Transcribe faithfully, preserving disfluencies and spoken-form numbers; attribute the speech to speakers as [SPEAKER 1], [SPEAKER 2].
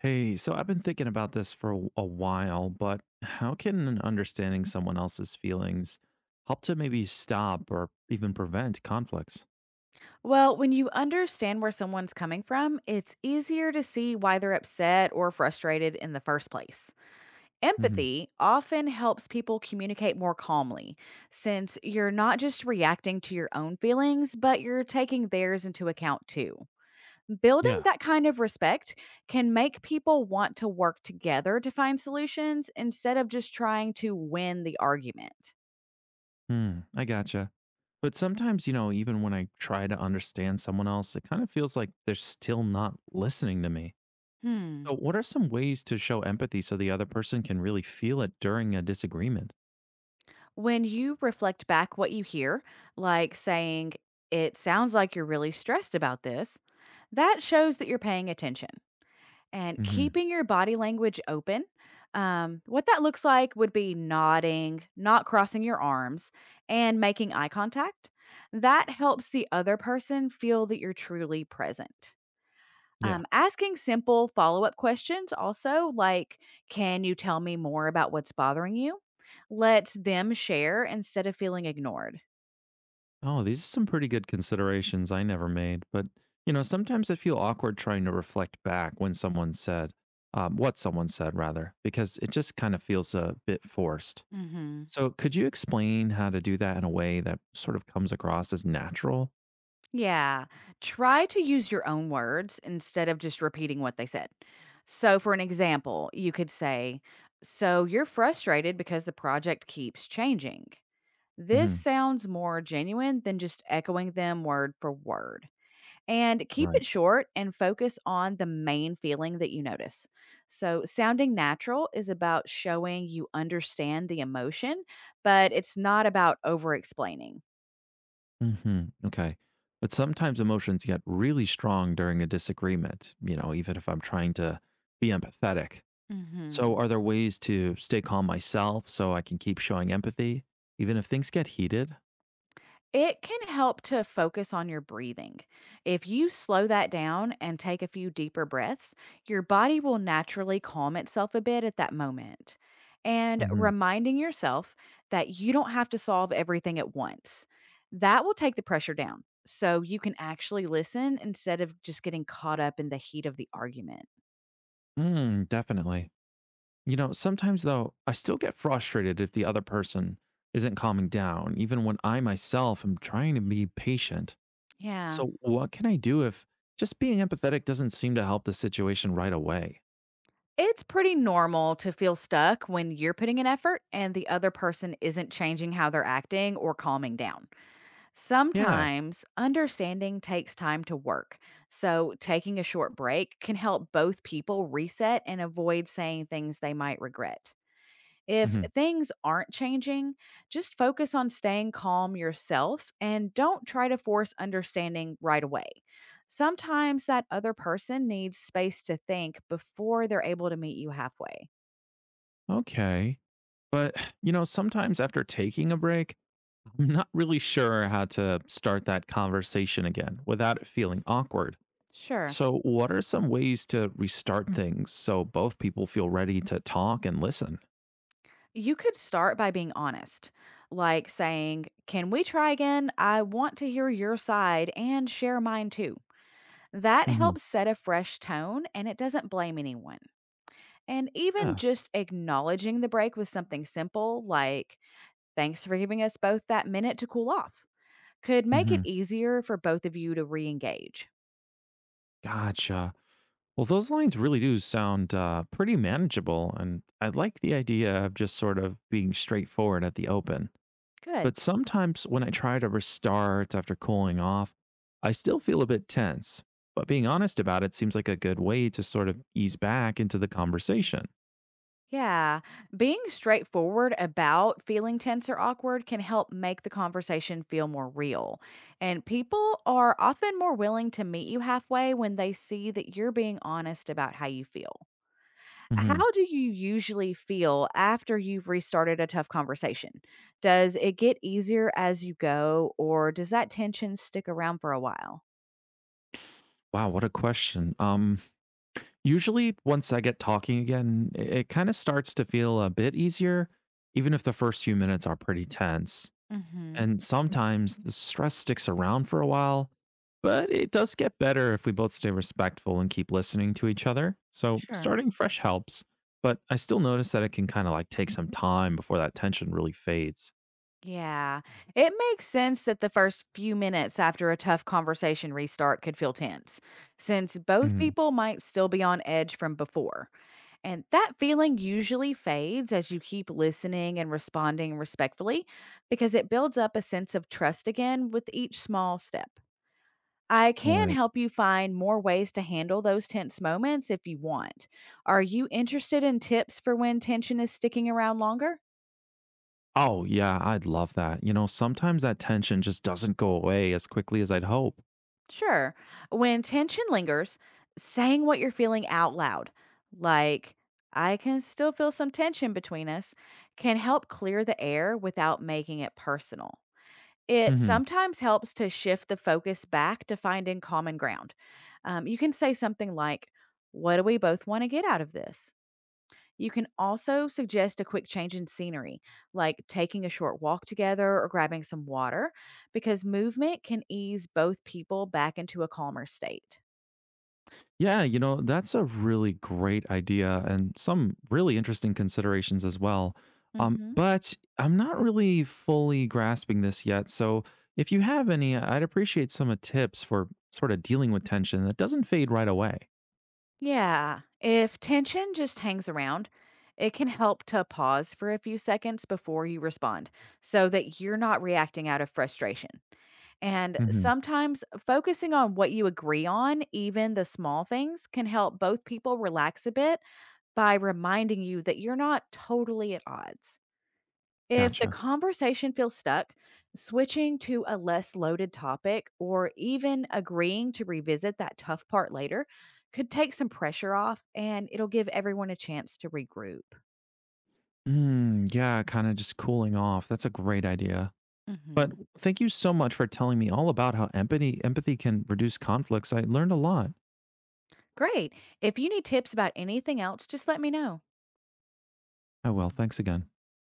[SPEAKER 1] Hey, so I've been thinking about this for a a while, but how can understanding someone else's feelings help to maybe stop or even prevent conflicts?
[SPEAKER 2] Well, when you understand where someone's coming from, it's easier to see why they're upset or frustrated in the first place.
[SPEAKER 1] Hmm.
[SPEAKER 2] Empathy often helps people communicate more calmly, since you're not just reacting to your own feelings, but you're taking theirs into account too. Building
[SPEAKER 1] Yeah.
[SPEAKER 2] that kind of respect can make people want to work together to find solutions instead of just trying to win the argument.
[SPEAKER 1] Hmm, I gotcha. But sometimes, you know, even when I try to understand someone else, it kind of feels like they're still not listening to me.
[SPEAKER 2] Hmm.
[SPEAKER 1] So, what are some ways to show empathy so the other person can really feel it during a disagreement?
[SPEAKER 2] When you reflect back what you hear, like saying, it sounds like you're really stressed about this, that shows that you're paying attention. And
[SPEAKER 1] Hmm.
[SPEAKER 2] keeping your body language open, um, what that looks like would be nodding, not crossing your arms, and making eye contact. That helps the other person feel that you're truly present.
[SPEAKER 1] Yeah.
[SPEAKER 2] Um, asking simple follow-up questions also, like, "Can you tell me more about what's bothering you?" Let them share instead of feeling ignored.
[SPEAKER 1] Oh, these are some pretty good considerations I never made. But, you know, sometimes I feel awkward trying to reflect back when someone said, um, what someone said, rather, because it just kind of feels a bit forced.
[SPEAKER 2] Mhm.
[SPEAKER 1] So, could you explain how to do that in a way that sort of comes across as natural?
[SPEAKER 2] Yeah. Try to use your own words instead of just repeating what they said. So, for an example, you could say, "So you're frustrated because the project keeps changing."
[SPEAKER 1] Hmm.
[SPEAKER 2] This sounds more genuine than just echoing them word for word. And keep
[SPEAKER 1] Right.
[SPEAKER 2] it short and focus on the main feeling that you notice. So, sounding natural is about showing you understand the emotion, but it's not about over explaining.
[SPEAKER 1] Hmm. Okay. But sometimes emotions get really strong during a disagreement, you know, even if I'm trying to be empathetic. So,
[SPEAKER 2] Hmm.
[SPEAKER 1] are there ways to stay calm myself so I can keep showing empathy, even if things get heated?
[SPEAKER 2] It can help to focus on your breathing. If you slow that down and take a few deeper breaths, your body will naturally calm itself a bit at that moment. And
[SPEAKER 1] Hmm.
[SPEAKER 2] reminding yourself that you don't have to solve everything at once. That will take the pressure down so you can actually listen instead of just getting caught up in the heat of the argument.
[SPEAKER 1] Mm, definitely. You know, sometimes though, I still get frustrated if the other person isn't calming down, even when I myself am trying to be patient.
[SPEAKER 2] Yeah.
[SPEAKER 1] So, what can I do if just being empathetic doesn't seem to help the situation right away?
[SPEAKER 2] It's pretty normal to feel stuck when you're putting in effort and the other person isn't changing how they're acting or calming down.
[SPEAKER 1] Yeah.
[SPEAKER 2] Sometimes understanding takes time to work, so taking a short break can help both people reset and avoid saying things they might regret. If
[SPEAKER 1] Hmm.
[SPEAKER 2] things aren't changing, just focus on staying calm yourself and don't try to force understanding right away. Sometimes that other person needs space to think before they're able to meet you halfway.
[SPEAKER 1] Okay. But, you know, sometimes after taking a break, I'm not really sure how to start that conversation again without it feeling awkward.
[SPEAKER 2] Sure.
[SPEAKER 1] So, what are some ways to restart things so both people feel ready to talk and listen?
[SPEAKER 2] You could start by being honest, like saying, can we try again? I want to hear your side and share mine too. That
[SPEAKER 1] Hmm.
[SPEAKER 2] helps set a fresh tone and it doesn't blame anyone. And even
[SPEAKER 1] Yeah.
[SPEAKER 2] just acknowledging the break with something simple, like, thanks for giving us both that minute to cool off, could make it
[SPEAKER 1] Hmm.
[SPEAKER 2] easier for both of you to re engage.
[SPEAKER 1] Gotcha. Well, those lines really do sound uh, pretty manageable. And I like the idea of just sort of being straightforward at the open.
[SPEAKER 2] Good.
[SPEAKER 1] But sometimes when I try to restart after cooling off, I still feel a bit tense. But being honest about it seems like a good way to sort of ease back into the conversation.
[SPEAKER 2] Yeah, being straightforward about feeling tense or awkward can help make the conversation feel more real. And people are often more willing to meet you halfway when they see that you're being honest about how you feel.
[SPEAKER 1] Hmm.
[SPEAKER 2] How do you usually feel after you've restarted a tough conversation? Does it get easier as you go, or does that tension stick around for a while?
[SPEAKER 1] Wow, what a question. Um, usually once I get talking again, it, it kind of starts to feel a bit easier, even if the first few minutes are pretty tense.
[SPEAKER 2] Mm hmm.
[SPEAKER 1] And sometimes the stress sticks around for a while, but it does get better if we both stay respectful and keep listening to each other. So
[SPEAKER 2] Sure.
[SPEAKER 1] starting fresh helps, but I still notice that it can kind of like take some time before that tension really fades.
[SPEAKER 2] Yeah. It makes sense that the first few minutes after a tough conversation restart could feel tense, since both
[SPEAKER 1] Mm,
[SPEAKER 2] people might still be on edge from before. And that feeling usually fades as you keep listening and responding respectfully because it builds up a sense of trust again with each small step. I can
[SPEAKER 1] right.
[SPEAKER 2] help you find more ways to handle those tense moments if you want. Are you interested in tips for when tension is sticking around longer?
[SPEAKER 1] Oh, yeah, I'd love that. You know, sometimes that tension just doesn't go away as quickly as I'd hope.
[SPEAKER 2] Sure. When tension lingers, saying what you're feeling out loud, like, I can still feel some tension between us, can help clear the air without making it personal. It
[SPEAKER 1] Mhm.
[SPEAKER 2] sometimes helps to shift the focus back to finding common ground. Um, you can say something like, what do we both want to get out of this? You can also suggest a quick change in scenery, like taking a short walk together or grabbing some water, because movement can ease both people back into a calmer state.
[SPEAKER 1] Yeah, you know, that's a really great idea and some really interesting considerations as well. Um,
[SPEAKER 2] hmm
[SPEAKER 1] but I'm not really fully grasping this yet. So if you have any, I'd appreciate some uh, tips for sort of dealing with tension that doesn't fade right away.
[SPEAKER 2] Yeah, if tension just hangs around, it can help to pause for a few seconds before you respond so that you're not reacting out of frustration. And
[SPEAKER 1] Hmm.
[SPEAKER 2] sometimes focusing on what you agree on, even the small things, can help both people relax a bit by reminding you that you're not totally at odds. If the
[SPEAKER 1] Gotcha.
[SPEAKER 2] conversation feels stuck, switching to a less loaded topic or even agreeing to revisit that tough part later could take some pressure off and it'll give everyone a chance to regroup.
[SPEAKER 1] Mm, yeah, kind of just cooling off. That's a great idea. But
[SPEAKER 2] Mhm.
[SPEAKER 1] thank you so much for telling me all about how empathy empathy can reduce conflicts. I learned a lot.
[SPEAKER 2] Great. If you need tips about anything else, just let me know.
[SPEAKER 1] Oh well, thanks again.